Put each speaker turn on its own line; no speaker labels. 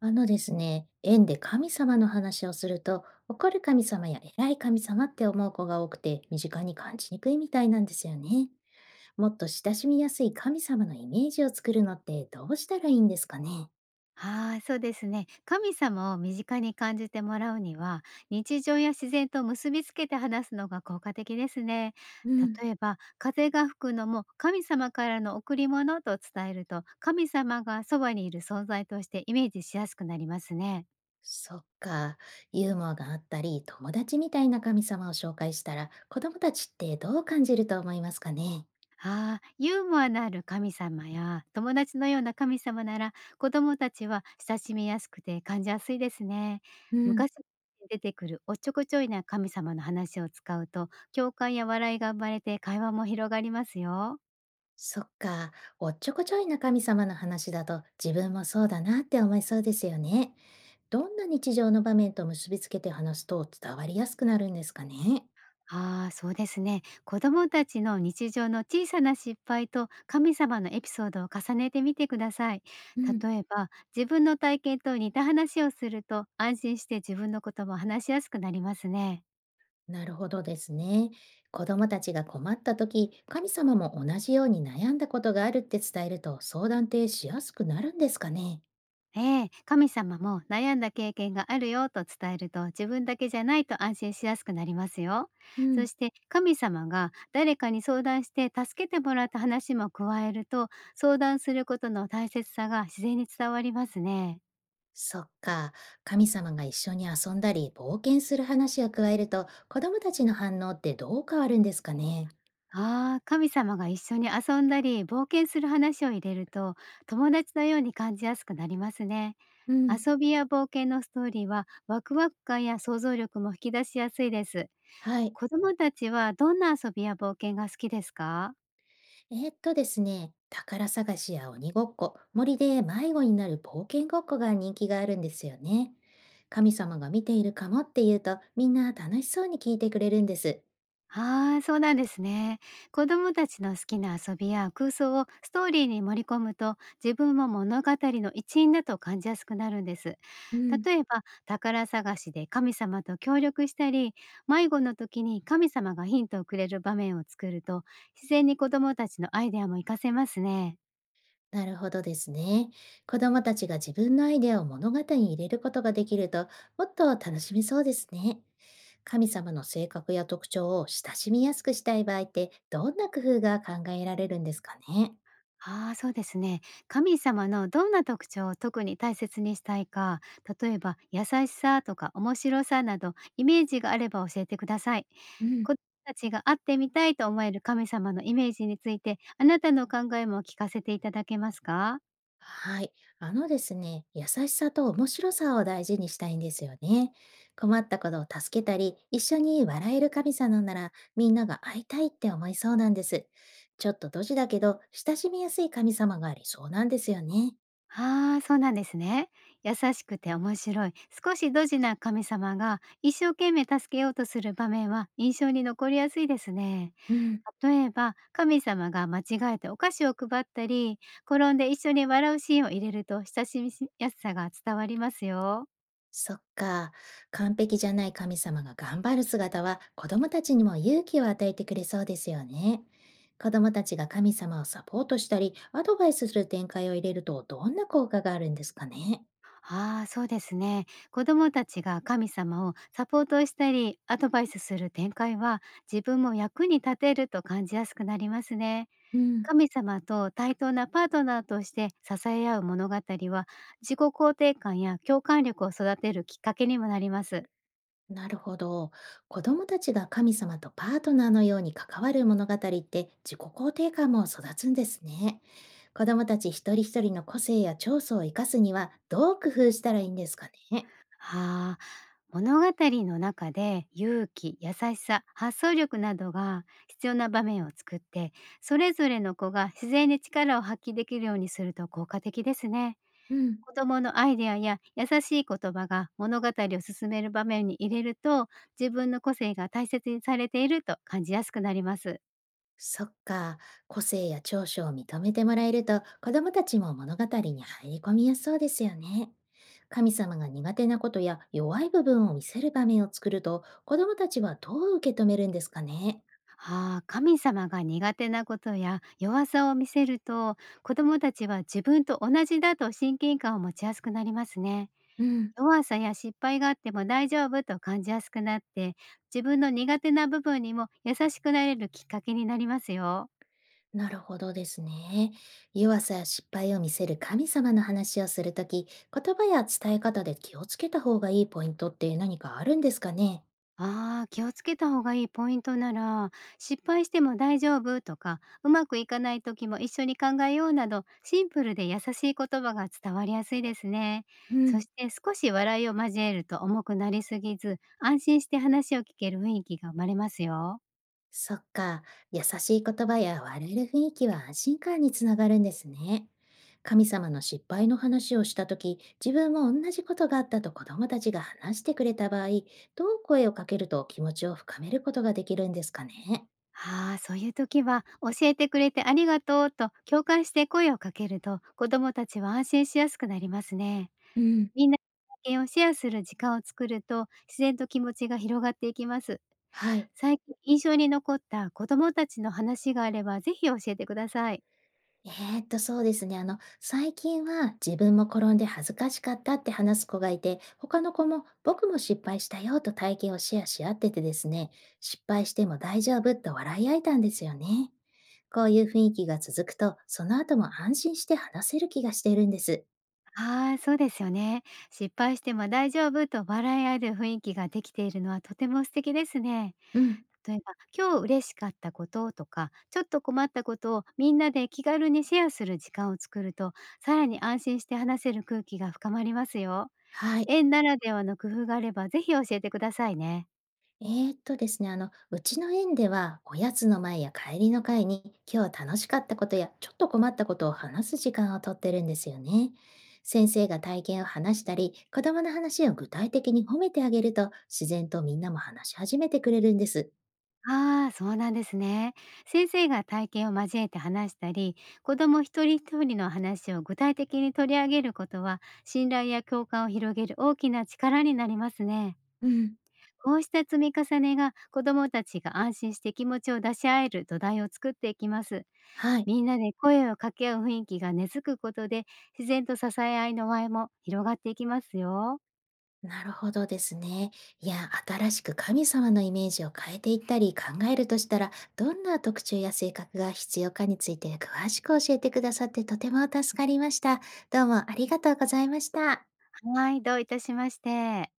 あのですね、縁で神様の話をすると、怒る神様や偉い神様って思う子が多くて、身近に感じにくいみたいなんですよね。もっと親しみやすい神様のイメージを作るのってどうしたらいいんですかね？
はい、そうですね。神様を身近に感じてもらうには、日常や自然と結びつけて話すのが効果的ですね。
うん、
例えば、風が吹くのも神様からの贈り物と伝えると、神様がそばにいる存在としてイメージしやすくなりますね。
そっか、ユーモアがあったり、友達みたいな神様を紹介したら、子供たちってどう感じると思いますかね？
ああ、ユーモアのある神様や友達のような神様なら、子供たちは親しみやすくて感じやすいですね。
うん、
昔に出てくるおっちょこちょいな神様の話を使うと、共感や笑いが生まれて会話も広がりますよ。
そっか、おっちょこちょいな神様の話だと自分もそうだなって思いそうですよね。どんな日常の場面と結びつけて話すと伝わりやすくなるんですかね？
ああ、そうですね。子供たちの日常の小さな失敗と神様のエピソードを重ねてみてください。
うん、
例えば自分の体験と似た話をすると、安心して自分のことも話しやすくなりますね。
なるほどですね。子供たちが困った時、神様も同じように悩んだことがあるって伝えると相談ってしやすくなるんですかね？
ええ、神様も悩んだ経験があるよと伝えると、自分だけじゃないと安心しやすくなりますよ。
う
そ
ん、
して神様が誰かに相談して助けてもらった話も加えると、相談することの大切さが自然に伝わりますね。
そっか。神様が一緒に遊んだり冒険する話を加えると子供たちの反応ってどう変わるんですかね？
ああ、神様が一緒に遊んだり冒険する話を入れると、友達のように感じやすくなりますね。
うん。
遊びや冒険のストーリーはワクワク感や想像力も引き出しやすいです。
はい。
子供たちはどんな遊びや冒険が好きですか？
ですね、宝探しや鬼ごっこ、森で迷子になる冒険ごっこが人気があるんですよね。神様が見ているかもって言うと、みんな楽しそうに聞いてくれるんです。
ああー、そうなんですね。子供たちの好きな遊びや空想をストーリーに盛り込むと、自分も物語の一員だと感じやすくなるんです。
うん。
例えば宝探しで神様と協力したり、迷子の時に神様がヒントをくれる場面を作ると、自然に子供たちのアイデアも活かせますね。
なるほどですね。子供たちが自分のアイデアを物語に入れることができると、もっと楽しめそうですね。神様の性格や特徴を親しみやすくしたい場合って、どんな工夫が考えられるんですかね。
ああ、そうですね。神様のどんな特徴を特に大切にしたいか、例えば優しさとか面白さなど、イメージがあれば教えてください。子供たちが会ってみたいと思える神様のイメージについて、あなたの考えも聞かせていただけますか？
はい。あのですね、優しさと面白さを大事にしたいんですよね。困ったことを助けたり、一緒に笑える神様なら、みんなが会いたいって思いそうなんです。ちょっとドジだけど、親しみやすい神様がありそうなんですよね。
ああ、そうなんですね。優しくて面白い、少しドジな神様が一生懸命助けようとする場面は印象に残りやすいですね。
うん。
例えば、神様が間違えてお菓子を配ったり、転んで一緒に笑うシーンを入れると、親しみやすさが伝わりますよ。
そっか。完璧じゃない神様が頑張る姿は、子供たちにも勇気を与えてくれそうですよね。子供たちが神様をサポートしたり、アドバイスする展開を入れると、どんな効果があるんですかね。
ああ、そうですね。子供たちが神様をサポートしたり、アドバイスする展開は、自分も役に立てると感じやすくなりますね。
うん。
神様と対等なパートナーとして支え合う物語は、自己肯定感や共感力を育てるきっかけにもなります。
なるほど。子供たちが神様とパートナーのように関わる物語って自己肯定感も育つんですね。子供たち一人一人の個性や長所を生かすにはどう工夫したらいいんですかね。
はあ、物語の中で勇気、優しさ、発想力などが必要な場面を作って、それぞれの子が自然に力を発揮できるようにすると効果的ですね。
うん、
子供のアイデアや優しい言葉が物語を進める場面に入れると、自分の個性が大切にされていると感じやすくなります。
そっか。個性や長所を認めてもらえると子供たちも物語に入り込みやすそうですよね。神様が苦手なことや弱い部分を見せる場面を作ると子供たちはどう受け止めるんですかね。
ああ、神様が苦手なことや弱さを見せると、子供たちは自分と同じだと親近感を持ちやすくなりますね。
うん、
弱さや失敗があっても大丈夫と感じやすくなって、自分の苦手な部分にも優しくなれるきっかけになりますよ。
なるほどですね。弱さや失敗を見せる神様の話をするとき、言葉や伝え方で気をつけた方がいいポイントって何かあるんですかね？
ああ、気をつけた方がいいポイントなら、失敗しても大丈夫とか、うまくいかない時も一緒に考えようなど、シンプルで優しい言葉が伝わりやすいですね。
う
そ
ん、
して少し笑いを交えると重くなりすぎず、安心して話を聞ける雰囲気が生まれますよ。
そっか、優しい言葉や笑える雰囲気は安心感につながるんですね。神様の失敗の話をしたとき、自分も同じことがあったと子供たちが話してくれた場合、どう声をかけると気持ちを深めることができるんですかね？
ああ、そういう時は教えてくれてありがとうと共感して声をかけると、子どもたちは安心しやすくなりますね。
うん、
みんなの体験をシェアする時間を作ると、自然と気持ちが広がっていきます。
はい。
最近印象に残った子どもたちの話があれば、ぜひ教えてください。
えそうですね。最近は自分も転んで恥ずかしかったって話す子がいて、他の子も僕も失敗したよと体験をシェアし合っててですね、失敗しても大丈夫と笑い合えたんですよね。こういう雰囲気が続くと、その後も安心して話せる気がしているんです。
ああ、そうですよね。失敗しても大丈夫と笑い合える雰囲気ができているのは、とても素敵ですね。
うん。
例えば、今日嬉しかったこととか、ちょっと困ったことをみんなで気軽にシェアする時間を作ると、さらに安心して話せる空気が深まりますよ。
はい。
園ならではの工夫があれば、ぜひ教えてくださいね。
ですね、うちの園では、おやつの前や帰りの会に、今日楽しかったことや、ちょっと困ったことを話す時間をとってるんですよね。先生が体験を話したり、子供の話を具体的に褒めてあげると、自然とみんなも話し始めてくれるんです。
ああ、そうなんですね。先生が体験を交えて話したり、子ども一人一人の話を具体的に取り上げることは、信頼や共感を広げる大きな力になりますね。
うん。
こうした積み重ねが、子どもたちが安心して気持ちを出し合える土台を作っていきます。
はい。
みんなで声を掛け合う雰囲気が根付くことで、自然と支え合いの輪も広がっていきますよ。
なるほどですね。いや、新しく神様のイメージを変えていったり考えるとしたら、どんな特徴や性格が必要かについて詳しく教えてくださってとても助かりました。どうもありがとうございました。
はい、どういたしまして。